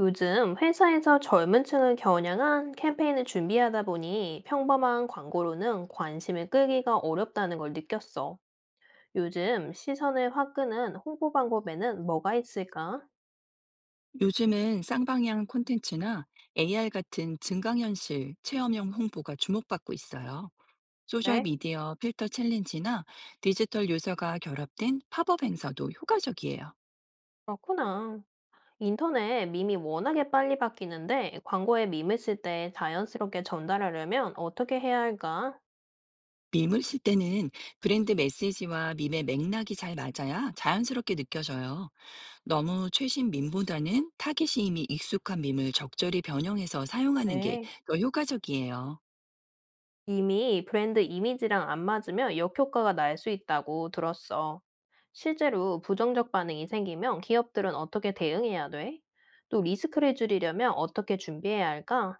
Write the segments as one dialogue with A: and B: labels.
A: 요즘 회사에서 젊은 층을 겨냥한 캠페인을 준비하다 보니 평범한 광고로는 관심을 끄기가 어렵다는 걸 느꼈어. 요즘 시선을 확 끄는 홍보 방법에는 뭐가 있을까?
B: 요즘은 쌍방향 콘텐츠나 AR 같은 증강현실 체험형 홍보가 주목받고 있어요.
A: 네.
B: 소셜미디어 필터 챌린지나 디지털 요소가 결합된 팝업 행사도 효과적이에요.
A: 그렇구나. 인터넷 밈이 워낙에 빨리 바뀌는데 광고에 밈을 쓸 때 자연스럽게 전달하려면 어떻게 해야 할까?
B: 밈을 쓸 때는 브랜드 메시지와 밈의 맥락이 잘 맞아야 자연스럽게 느껴져요. 너무 최신 밈보다는 타깃이 이미 익숙한 밈을 적절히 변형해서 사용하는 게
A: 네.
B: 더 효과적이에요.
A: 이미 브랜드 이미지랑 안 맞으면 역효과가 날 수 있다고 들었어. 실제로 부정적 반응이 생기면 기업들은 어떻게 대응해야 돼? 또 리스크를 줄이려면 어떻게 준비해야 할까?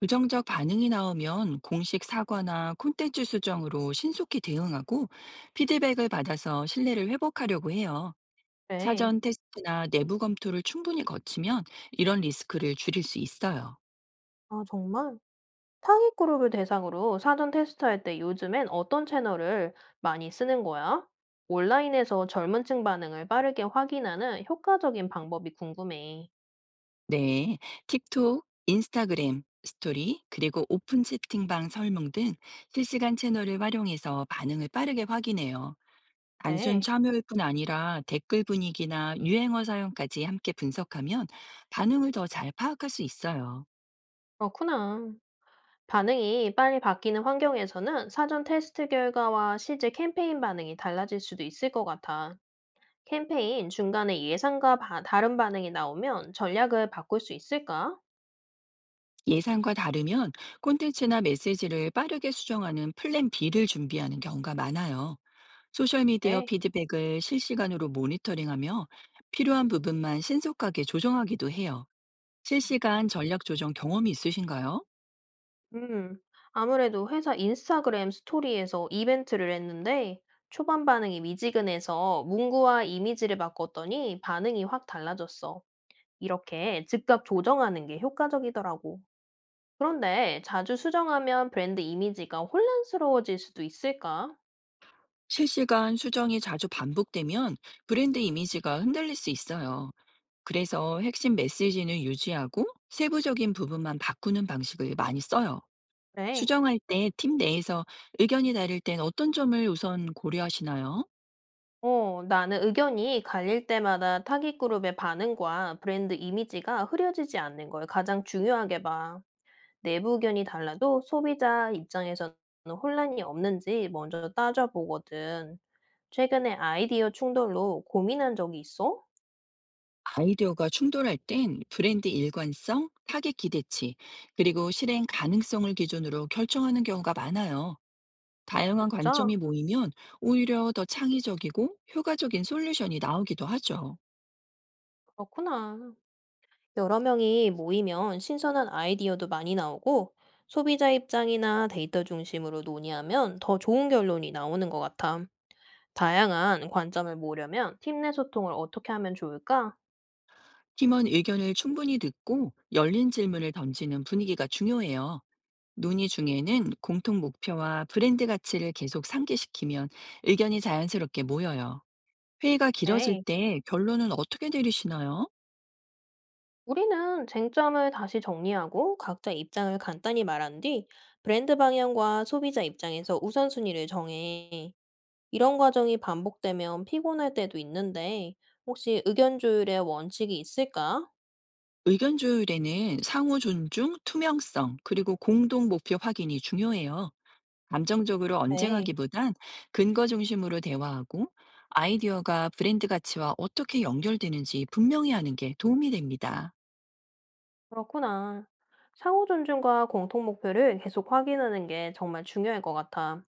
B: 부정적 반응이 나오면 공식 사과나 콘텐츠 수정으로 신속히 대응하고 피드백을 받아서 신뢰를 회복하려고 해요.
A: 네.
B: 사전 테스트나 내부 검토를 충분히 거치면 이런 리스크를 줄일 수 있어요.
A: 아, 정말? 타깃 그룹을 대상으로 사전 테스트할 때 요즘엔 어떤 채널을 많이 쓰는 거야? 온라인에서 젊은 층 반응을 빠르게 확인하는 효과적인 방법이 궁금해.
B: 네. 틱톡, 인스타그램, 스토리, 그리고 오픈 채팅방 설명 등 실시간 채널을 활용해서 반응을 빠르게 확인해요. 단순
A: 네,
B: 참여일 뿐 아니라 댓글 분위기나 유행어 사용까지 함께 분석하면 반응을 더 잘 파악할 수 있어요.
A: 그렇구나. 반응이 빨리 바뀌는 환경에서는 사전 테스트 결과와 실제 캠페인 반응이 달라질 수도 있을 것 같아. 캠페인 중간에 다른 반응이 나오면 전략을 바꿀 수 있을까?
B: 예상과 다르면 콘텐츠나 메시지를 빠르게 수정하는 플랜 B를 준비하는 경우가 많아요. 소셜미디어
A: 네.
B: 피드백을 실시간으로 모니터링하며 필요한 부분만 신속하게 조정하기도 해요. 실시간 전략 조정 경험이 있으신가요?
A: 음, 아무래도 회사 인스타그램 스토리에서 이벤트를 했는데 초반 반응이 미지근해서 문구와 이미지를 바꿨더니 반응이 확 달라졌어. 이렇게 즉각 조정하는 게 효과적이더라고. 그런데 자주 수정하면 브랜드 이미지가 혼란스러워질 수도 있을까?
B: 실시간 수정이 자주 반복되면 브랜드 이미지가 흔들릴 수 있어요. 그래서 핵심 메시지는 유지하고 세부적인 부분만 바꾸는 방식을 많이 써요.
A: 그래.
B: 수정할 때 팀 내에서 의견이 다를 땐 어떤 점을 우선 고려하시나요?
A: 어, 나는 의견이 갈릴 때마다 타깃 그룹의 반응과 브랜드 이미지가 흐려지지 않는 걸 가장 중요하게 봐. 내부 의견이 달라도 소비자 입장에서는 혼란이 없는지 먼저 따져보거든. 최근에 아이디어 충돌로 고민한 적이 있어?
B: 아이디어가 충돌할 땐 브랜드 일관성, 타겟 기대치, 그리고 실행 가능성을 기준으로 결정하는 경우가 많아요. 다양한
A: 진짜?
B: 관점이 모이면 오히려 더 창의적이고 효과적인 솔루션이 나오기도 하죠.
A: 그렇구나. 여러 명이 모이면 신선한 아이디어도 많이 나오고 소비자 입장이나 데이터 중심으로 논의하면 더 좋은 결론이 나오는 것 같아. 다양한 관점을 모으려면 팀 내 소통을 어떻게 하면 좋을까?
B: 팀원 의견을 충분히 듣고 열린 질문을 던지는 분위기가 중요해요. 논의 중에는 공통 목표와 브랜드 가치를 계속 상기시키면 의견이 자연스럽게 모여요. 회의가 길어질
A: 네.
B: 때 결론은 어떻게 내리시나요?
A: 우리는 쟁점을 다시 정리하고 각자 입장을 간단히 말한 뒤 브랜드 방향과 소비자 입장에서 우선순위를 정해. 이런 과정이 반복되면 피곤할 때도 있는데 혹시 의견 조율의 원칙이 있을까?
B: 의견 조율에는 상호 존중, 투명성, 그리고 공동 목표 확인이 중요해요. 감정적으로
A: 네.
B: 언쟁하기보단 근거 중심으로 대화하고 아이디어가 브랜드 가치와 어떻게 연결되는지 분명히 하는 게 도움이 됩니다.
A: 그렇구나. 상호 존중과 공통 목표를 계속 확인하는 게 정말 중요할 것 같아.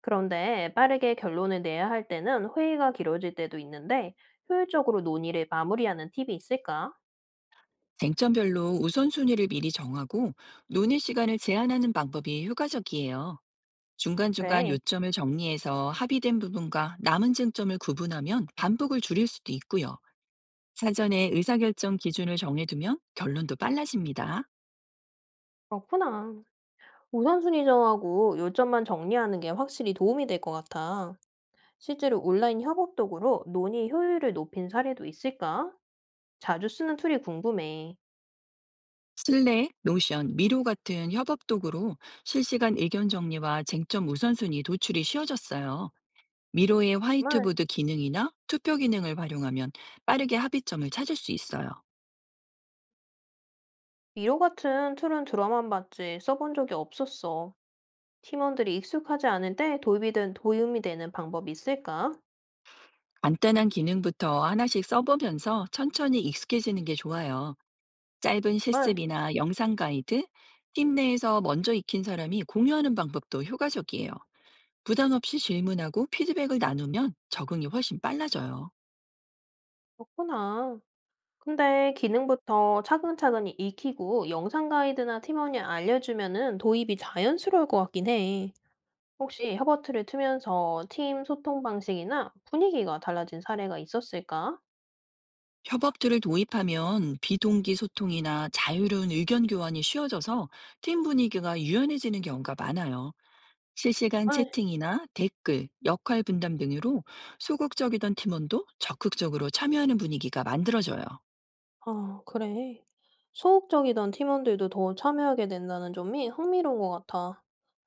A: 그런데 빠르게 결론을 내야 할 때는 회의가 길어질 때도 있는데 효율적으로 논의를 마무리하는 팁이 있을까?
B: 쟁점별로 우선순위를 미리 정하고 논의 시간을 제한하는 방법이 효과적이에요. 중간중간
A: 그래,
B: 요점을 정리해서 합의된 부분과 남은 쟁점을 구분하면 반복을 줄일 수도 있고요. 사전에 의사결정 기준을 정해두면 결론도 빨라집니다.
A: 그렇구나. 우선순위 정하고 요점만 정리하는 게 확실히 도움이 될 것 같아. 실제로 온라인 협업 도구로 논의 효율을 높인 사례도 있을까? 자주 쓰는 툴이 궁금해.
B: 슬랙, 노션, 미로 같은 협업 도구로 실시간 의견 정리와 쟁점 우선순위 도출이 쉬워졌어요. 미로의
A: 정말.
B: 화이트보드 기능이나 투표 기능을 활용하면 빠르게 합의점을 찾을 수 있어요.
A: 미로 같은 툴은 들어만 봤지 써본 적이 없었어. 팀원들이 익숙하지 않은데 도입이 된 도움이 되는 방법이 있을까?
B: 간단한 기능부터 하나씩 써보면서 천천히 익숙해지는 게 좋아요. 짧은
A: 아,
B: 실습이나 영상 가이드, 팀 내에서 먼저 익힌 사람이 공유하는 방법도 효과적이에요. 부담 없이 질문하고 피드백을 나누면 적응이 훨씬 빨라져요.
A: 그렇구나. 근데 기능부터 차근차근히 익히고 영상 가이드나 팀원이 알려주면은 도입이 자연스러울 것 같긴 해. 혹시 협업틀을 트면서 팀 소통 방식이나 분위기가 달라진 사례가 있었을까?
B: 협업들을 도입하면 비동기 소통이나 자유로운 의견 교환이 쉬워져서 팀 분위기가 유연해지는 경우가 많아요. 실시간
A: 아,
B: 채팅이나 댓글, 역할 분담 등으로 소극적이던 팀원도 적극적으로 참여하는 분위기가 만들어져요.
A: 아, 그래. 소극적이던 팀원들도 더 참여하게 된다는 점이 흥미로운 것 같아.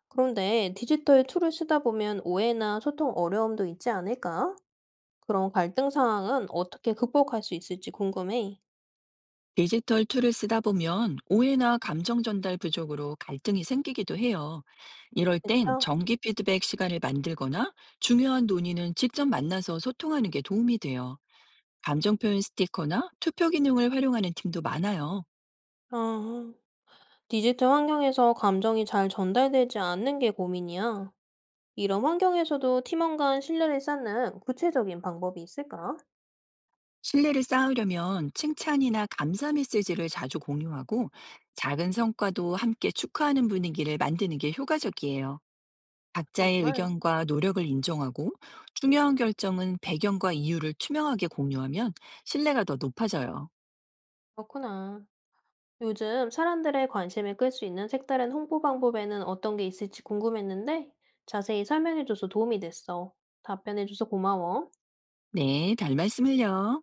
A: 그런데 디지털 툴을 쓰다 보면 오해나 소통 어려움도 있지 않을까? 그런 갈등 상황은 어떻게 극복할 수 있을지 궁금해.
B: 디지털 툴을 쓰다 보면 오해나 감정 전달 부족으로 갈등이 생기기도 해요. 이럴 땐
A: 진짜?
B: 정기 피드백 시간을 만들거나 중요한 논의는 직접 만나서 소통하는 게 도움이 돼요. 감정 표현 스티커나 투표 기능을 활용하는 팀도 많아요.
A: 아. 디지털 환경에서 감정이 잘 전달되지 않는 게 고민이야. 이런 환경에서도 팀원 간 신뢰를 쌓는 구체적인 방법이 있을까?
B: 신뢰를 쌓으려면 칭찬이나 감사 메시지를 자주 공유하고 작은 성과도 함께 축하하는 분위기를 만드는 게 효과적이에요. 각자의
A: 정말?
B: 의견과 노력을 인정하고 중요한 결정은 배경과 이유를 투명하게 공유하면 신뢰가 더 높아져요.
A: 그렇구나. 요즘 사람들의 관심을 끌 수 있는 색다른 홍보 방법에는 어떤 게 있을지 궁금했는데 자세히 설명해줘서 도움이 됐어. 답변해줘서 고마워.
B: 네, 별 말씀을요.